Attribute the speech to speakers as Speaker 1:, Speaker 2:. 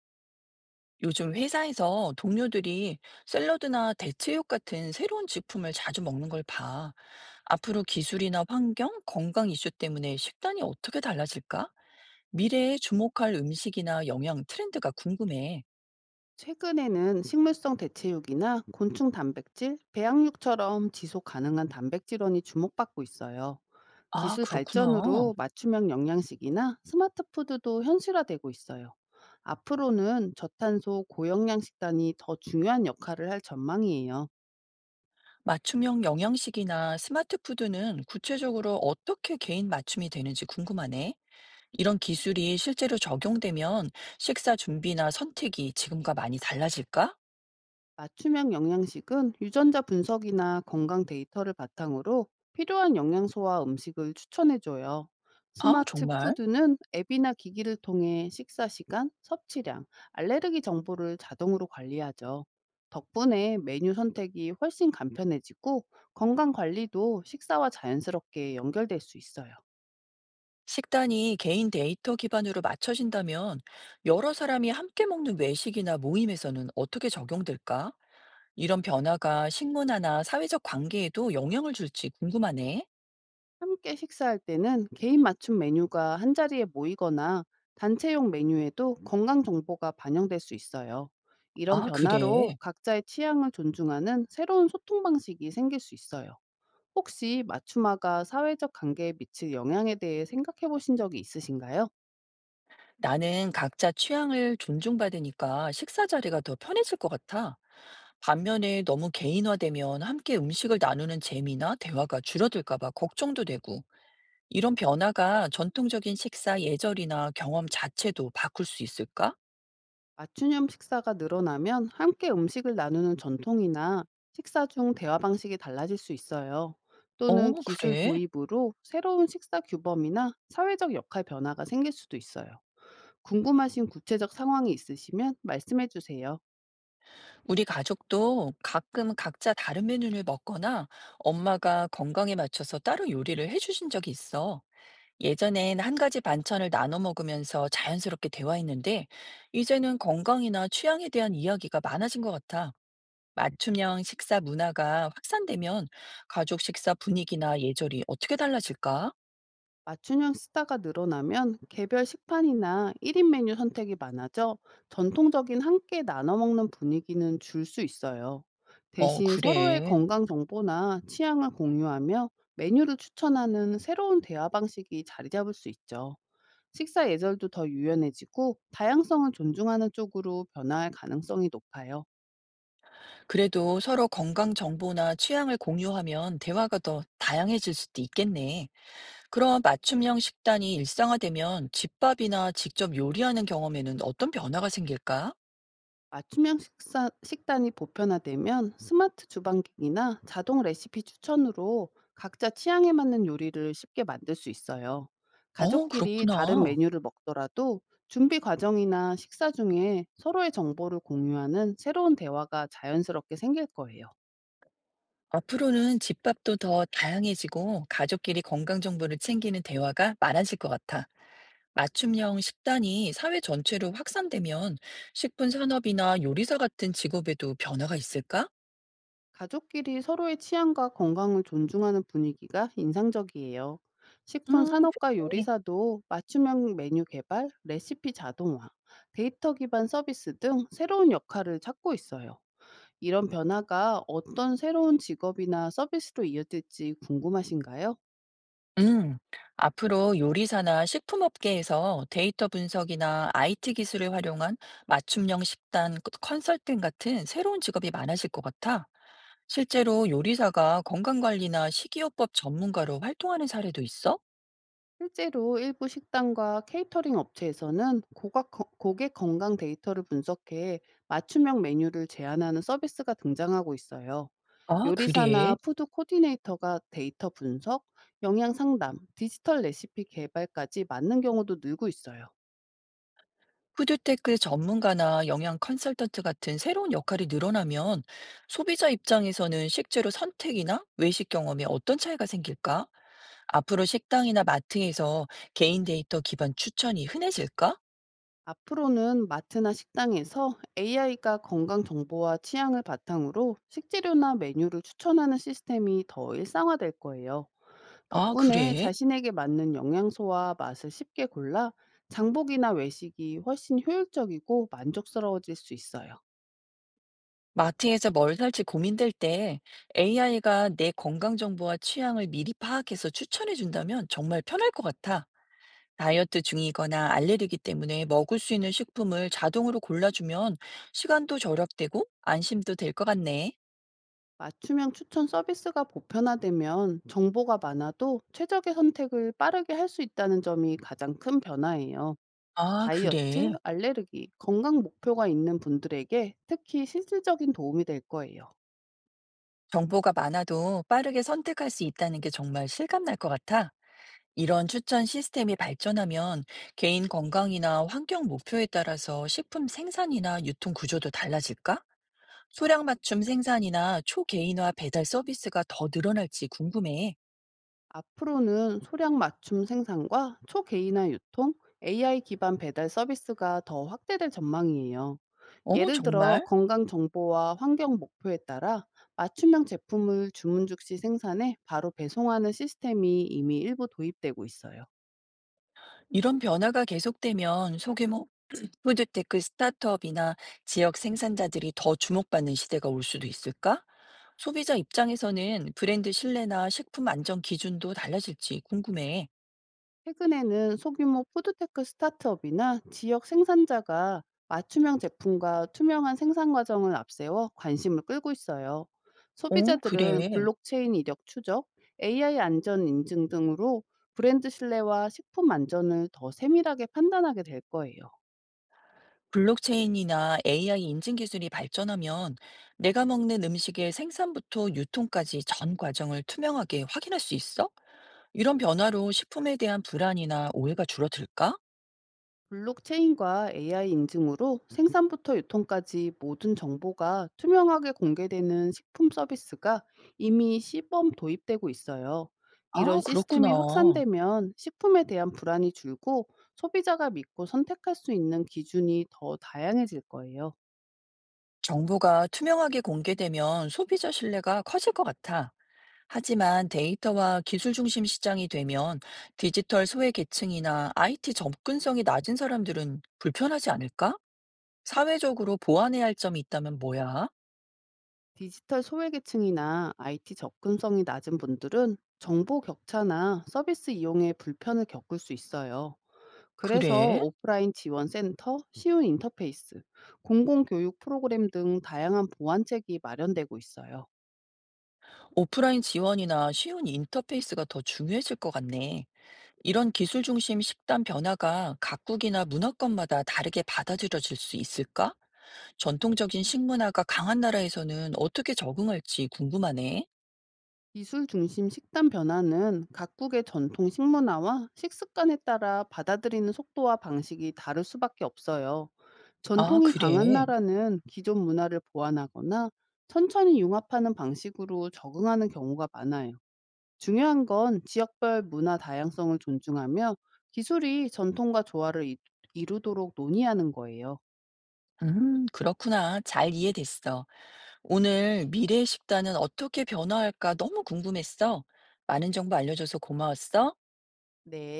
Speaker 1: 요즘 회사에서 동료들이 샐러드나 대체육 같은 새로운 식품을 자주 먹는 걸 봐. 앞으로 기술이나 환경, 건강 이슈 때문에 식단이 어떻게 달라질까? 미래에 주목할 음식이나 영양 트렌드가 궁금해.
Speaker 2: 최근에는 식물성 대체육이나 곤충 단백질, 배양육처럼 지속 가능한 단백질원이 주목받고 있어요.
Speaker 1: 아,
Speaker 2: 기술
Speaker 1: 그렇구나.
Speaker 2: 발전으로 맞춤형 영양식이나 스마트 푸드도 현실화되고 있어요. 앞으로는 저탄소 고영양 식단이 더 중요한 역할을 할 전망이에요.
Speaker 1: 맞춤형 영양식이나 스마트 푸드는 구체적으로 어떻게 개인 맞춤이 되는지 궁금하네. 이런 기술이 실제로 적용되면 식사 준비나 선택이 지금과 많이 달라질까?
Speaker 2: 맞춤형 영양식은 유전자 분석이나 건강 데이터를 바탕으로 필요한 영양소와 음식을 추천해줘요.
Speaker 1: 아,
Speaker 2: 스마트
Speaker 1: 정말?
Speaker 2: 푸드는 앱이나 기기를 통해 식사 시간, 섭취량, 알레르기 정보를 자동으로 관리하죠. 덕분에 메뉴 선택이 훨씬 간편해지고 건강 관리도 식사와 자연스럽게 연결될 수 있어요.
Speaker 1: 식단이 개인 데이터 기반으로 맞춰진다면 여러 사람이 함께 먹는 외식이나 모임에서는 어떻게 적용될까? 이런 변화가 식문화나 사회적 관계에도 영향을 줄지 궁금하네.
Speaker 2: 함께 식사할 때는 개인 맞춤 메뉴가 한자리에 모이거나 단체용 메뉴에도 건강 정보가 반영될 수 있어요. 이런
Speaker 1: 아,
Speaker 2: 변화로
Speaker 1: 그래.
Speaker 2: 각자의 취향을 존중하는 새로운 소통 방식이 생길 수 있어요. 혹시 맞춤화가 사회적 관계에 미칠 영향에 대해 생각해 보신 적이 있으신가요?
Speaker 1: 나는 각자 취향을 존중받으니까 식사 자리가 더 편해질 것 같아. 반면에 너무 개인화되면 함께 음식을 나누는 재미나 대화가 줄어들까봐 걱정도 되고, 이런 변화가 전통적인 식사 예절이나 경험 자체도 바꿀 수 있을까?
Speaker 2: 맞춤형 식사가 늘어나면 함께 음식을 나누는 전통이나 식사 중 대화 방식이 달라질 수 있어요. 또는
Speaker 1: 어
Speaker 2: 기술
Speaker 1: 그래?
Speaker 2: 도입으로 새로운 식사 규범이나 사회적 역할 변화가 생길 수도 있어요. 궁금하신 구체적 상황이 있으시면 말씀해 주세요.
Speaker 1: 우리 가족도 가끔 각자 다른 메뉴를 먹거나 엄마가 건강에 맞춰서 따로 요리를 해주신 적이 있어. 예전엔 한 가지 반찬을 나눠 먹으면서 자연스럽게 대화했는데, 이제는 건강이나 취향에 대한 이야기가 많아진 것 같아. 맞춤형 식사 문화가 확산되면 가족 식사 분위기나 예절이 어떻게 달라질까?
Speaker 2: 맞춤형 식사가 늘어나면 개별 식판이나 1인 메뉴 선택이 많아져 전통적인 함께 나눠 먹는 분위기는 줄 수 있어요.
Speaker 1: 어,
Speaker 2: 대신 서로의
Speaker 1: 그래.
Speaker 2: 건강 정보나 취향을 공유하며 메뉴를 추천하는 새로운 대화 방식이 자리 잡을 수 있죠. 식사 예절도 더 유연해지고 다양성을 존중하는 쪽으로 변화할 가능성이 높아요.
Speaker 1: 그래도 서로 건강 정보나 취향을 공유하면 대화가 더 다양해질 수도 있겠네. 그럼 맞춤형 식단이 일상화되면 집밥이나 직접 요리하는 경험에는 어떤 변화가 생길까?
Speaker 2: 맞춤형 식사, 식단이 보편화되면 스마트 주방기기나 자동 레시피 추천으로 각자 취향에 맞는 요리를 쉽게 만들 수 있어요.
Speaker 1: 어,
Speaker 2: 가족끼리 다른
Speaker 1: 그렇구나.
Speaker 2: 메뉴를 먹더라도 준비 과정이나 식사 중에 서로의 정보를 공유하는 새로운 대화가 자연스럽게 생길 거예요.
Speaker 1: 앞으로는 집밥도 더 다양해지고 가족끼리 건강 정보를 챙기는 대화가 많아질 것 같아. 맞춤형 식단이 사회 전체로 확산되면 식품 산업이나 요리사 같은 직업에도 변화가 있을까?
Speaker 2: 가족끼리 서로의 취향과 건강을 존중하는 분위기가 인상적이에요. 식품
Speaker 1: 음,
Speaker 2: 산업과
Speaker 1: 그래.
Speaker 2: 요리사도 맞춤형 메뉴 개발, 레시피 자동화, 데이터 기반 서비스 등 새로운 역할을 찾고 있어요. 이런 변화가 어떤 새로운 직업이나 서비스로 이어질지 궁금하신가요?
Speaker 1: 음, 앞으로 요리사나 식품업계에서 데이터 분석이나 IT 기술을 활용한 맞춤형 식단 컨설팅 같은 새로운 직업이 많아질 것 같아. 실제로 요리사가 건강관리나 식이요법 전문가로 활동하는 사례도 있어?
Speaker 2: 실제로 일부 식당과 케이터링 업체에서는 고객 건강 데이터를 분석해 맞춤형 메뉴를 제안하는 서비스가 등장하고 있어요.
Speaker 1: 아, 그래.
Speaker 2: 요리사나 푸드 코디네이터가 데이터 분석, 영양 상담, 디지털 레시피 개발까지 맞는 경우도 늘고 있어요.
Speaker 1: 푸드테크 전문가나 영양 컨설턴트 같은 새로운 역할이 늘어나면 소비자 입장에서는 식재료 선택이나 외식 경험에 어떤 차이가 생길까? 앞으로 식당이나 마트에서 개인 데이터 기반 추천이 흔해질까?
Speaker 2: 앞으로는 마트나 식당에서 AI가 건강 정보와 취향을 바탕으로 식재료나 메뉴를 추천하는 시스템이 더 일상화될 거예요.
Speaker 1: 아,
Speaker 2: 덕분에
Speaker 1: 그래?
Speaker 2: 자신에게 맞는 영양소와 맛을 쉽게 골라 장복이나 외식이 훨씬 효율적이고 만족스러워질 수 있어요.
Speaker 1: 마트에서 뭘 살지 고민될 때 AI가 내 건강 정보와 취향을 미리 파악해서 추천해 준다면 정말 편할 것 같아. 다이어트 중이거나 알레르기 때문에 먹을 수 있는 식품을 자동으로 골라주면 시간도 절약되고 안심도 될 것 같네.
Speaker 2: 맞춤형 추천 서비스가 보편화되면 정보가 많아도 최적의 선택을 빠르게 할 수 있다는 점이 가장 큰 변화예요.
Speaker 1: 아,
Speaker 2: 다이어트,
Speaker 1: 그래.
Speaker 2: 알레르기, 건강 목표가 있는 분들에게 특히 실질적인 도움이 될 거예요.
Speaker 1: 정보가 많아도 빠르게 선택할 수 있다는 게 정말 실감날 것 같아. 이런 추천 시스템이 발전하면 개인 건강이나 환경 목표에 따라서 식품 생산이나 유통 구조도 달라질까? 소량 맞춤 생산이나 초개인화 배달 서비스가 더 늘어날지 궁금해.
Speaker 2: 앞으로는 소량 맞춤 생산과 초개인화 유통, AI 기반 배달 서비스가 더 확대될 전망이에요.
Speaker 1: 어,
Speaker 2: 예를 들어
Speaker 1: 정말?
Speaker 2: 건강 정보와 환경 목표에 따라 맞춤형 제품을 주문 즉시 생산해 바로 배송하는 시스템이 이미 일부 도입되고 있어요.
Speaker 1: 이런 변화가 계속되면 소규모 푸드테크 스타트업이나 지역 생산자들이 더 주목받는 시대가 올 수도 있을까? 소비자 입장에서는 브랜드 신뢰나 식품 안전 기준도 달라질지 궁금해.
Speaker 2: 최근에는 소규모 푸드테크 스타트업이나 지역 생산자가 맞춤형 제품과 투명한 생산 과정을 앞세워 관심을 끌고 있어요.
Speaker 1: 어, 그래.
Speaker 2: 소비자들은 블록체인 이력 추적, AI 안전 인증 등으로 브랜드 신뢰와 식품 안전을 더 세밀하게 판단하게 될 거예요.
Speaker 1: 블록체인이나 AI 인증 기술이 발전하면 내가 먹는 음식의 생산부터 유통까지 전 과정을 투명하게 확인할 수 있어? 이런 변화로 식품에 대한 불안이나 오해가 줄어들까?
Speaker 2: 블록체인과 AI 인증으로 생산부터 유통까지 모든 정보가 투명하게 공개되는 식품 서비스가 이미 시범 도입되고 있어요. 이런
Speaker 1: 아, 그렇구나.
Speaker 2: 시스템이 확산되면 식품에 대한 불안이 줄고 소비자가 믿고 선택할 수 있는 기준이 더 다양해질 거예요.
Speaker 1: 정보가 투명하게 공개되면 소비자 신뢰가 커질 것 같아. 하지만 데이터와 기술 중심 시장이 되면 디지털 소외 계층이나 IT 접근성이 낮은 사람들은 불편하지 않을까? 사회적으로 보완해야 할 점이 있다면 뭐야?
Speaker 2: 디지털 소외계층이나 IT 접근성이 낮은 분들은 정보 격차나 서비스 이용에 불편을 겪을 수 있어요. 그래서
Speaker 1: 그래?
Speaker 2: 오프라인 지원 센터, 쉬운 인터페이스, 공공교육 프로그램 등 다양한 보완책이 마련되고 있어요.
Speaker 1: 오프라인 지원이나 쉬운 인터페이스가 더 중요해질 것 같네. 이런 기술 중심 식단 변화가 각국이나 문화권마다 다르게 받아들여질 수 있을까? 전통적인 식문화가 강한 나라에서는 어떻게 적응할지 궁금하네.
Speaker 2: 기술 중심 식단 변화는 각국의 전통 식문화와 식습관에 따라 받아들이는 속도와 방식이 다를 수밖에 없어요.
Speaker 1: 아,
Speaker 2: 전통이 강한
Speaker 1: 그래.
Speaker 2: 나라는 기존 문화를 보완하거나 천천히 융합하는 방식으로 적응하는 경우가 많아요. 중요한 건 지역별 문화 다양성을 존중하며 기술이 전통과 조화를 이루도록 논의하는 거예요.
Speaker 1: 그렇구나. 잘 이해됐어. 오늘 미래의 식단은 어떻게 변화할까 너무 궁금했어. 많은 정보 알려줘서 고마웠어.
Speaker 2: 네.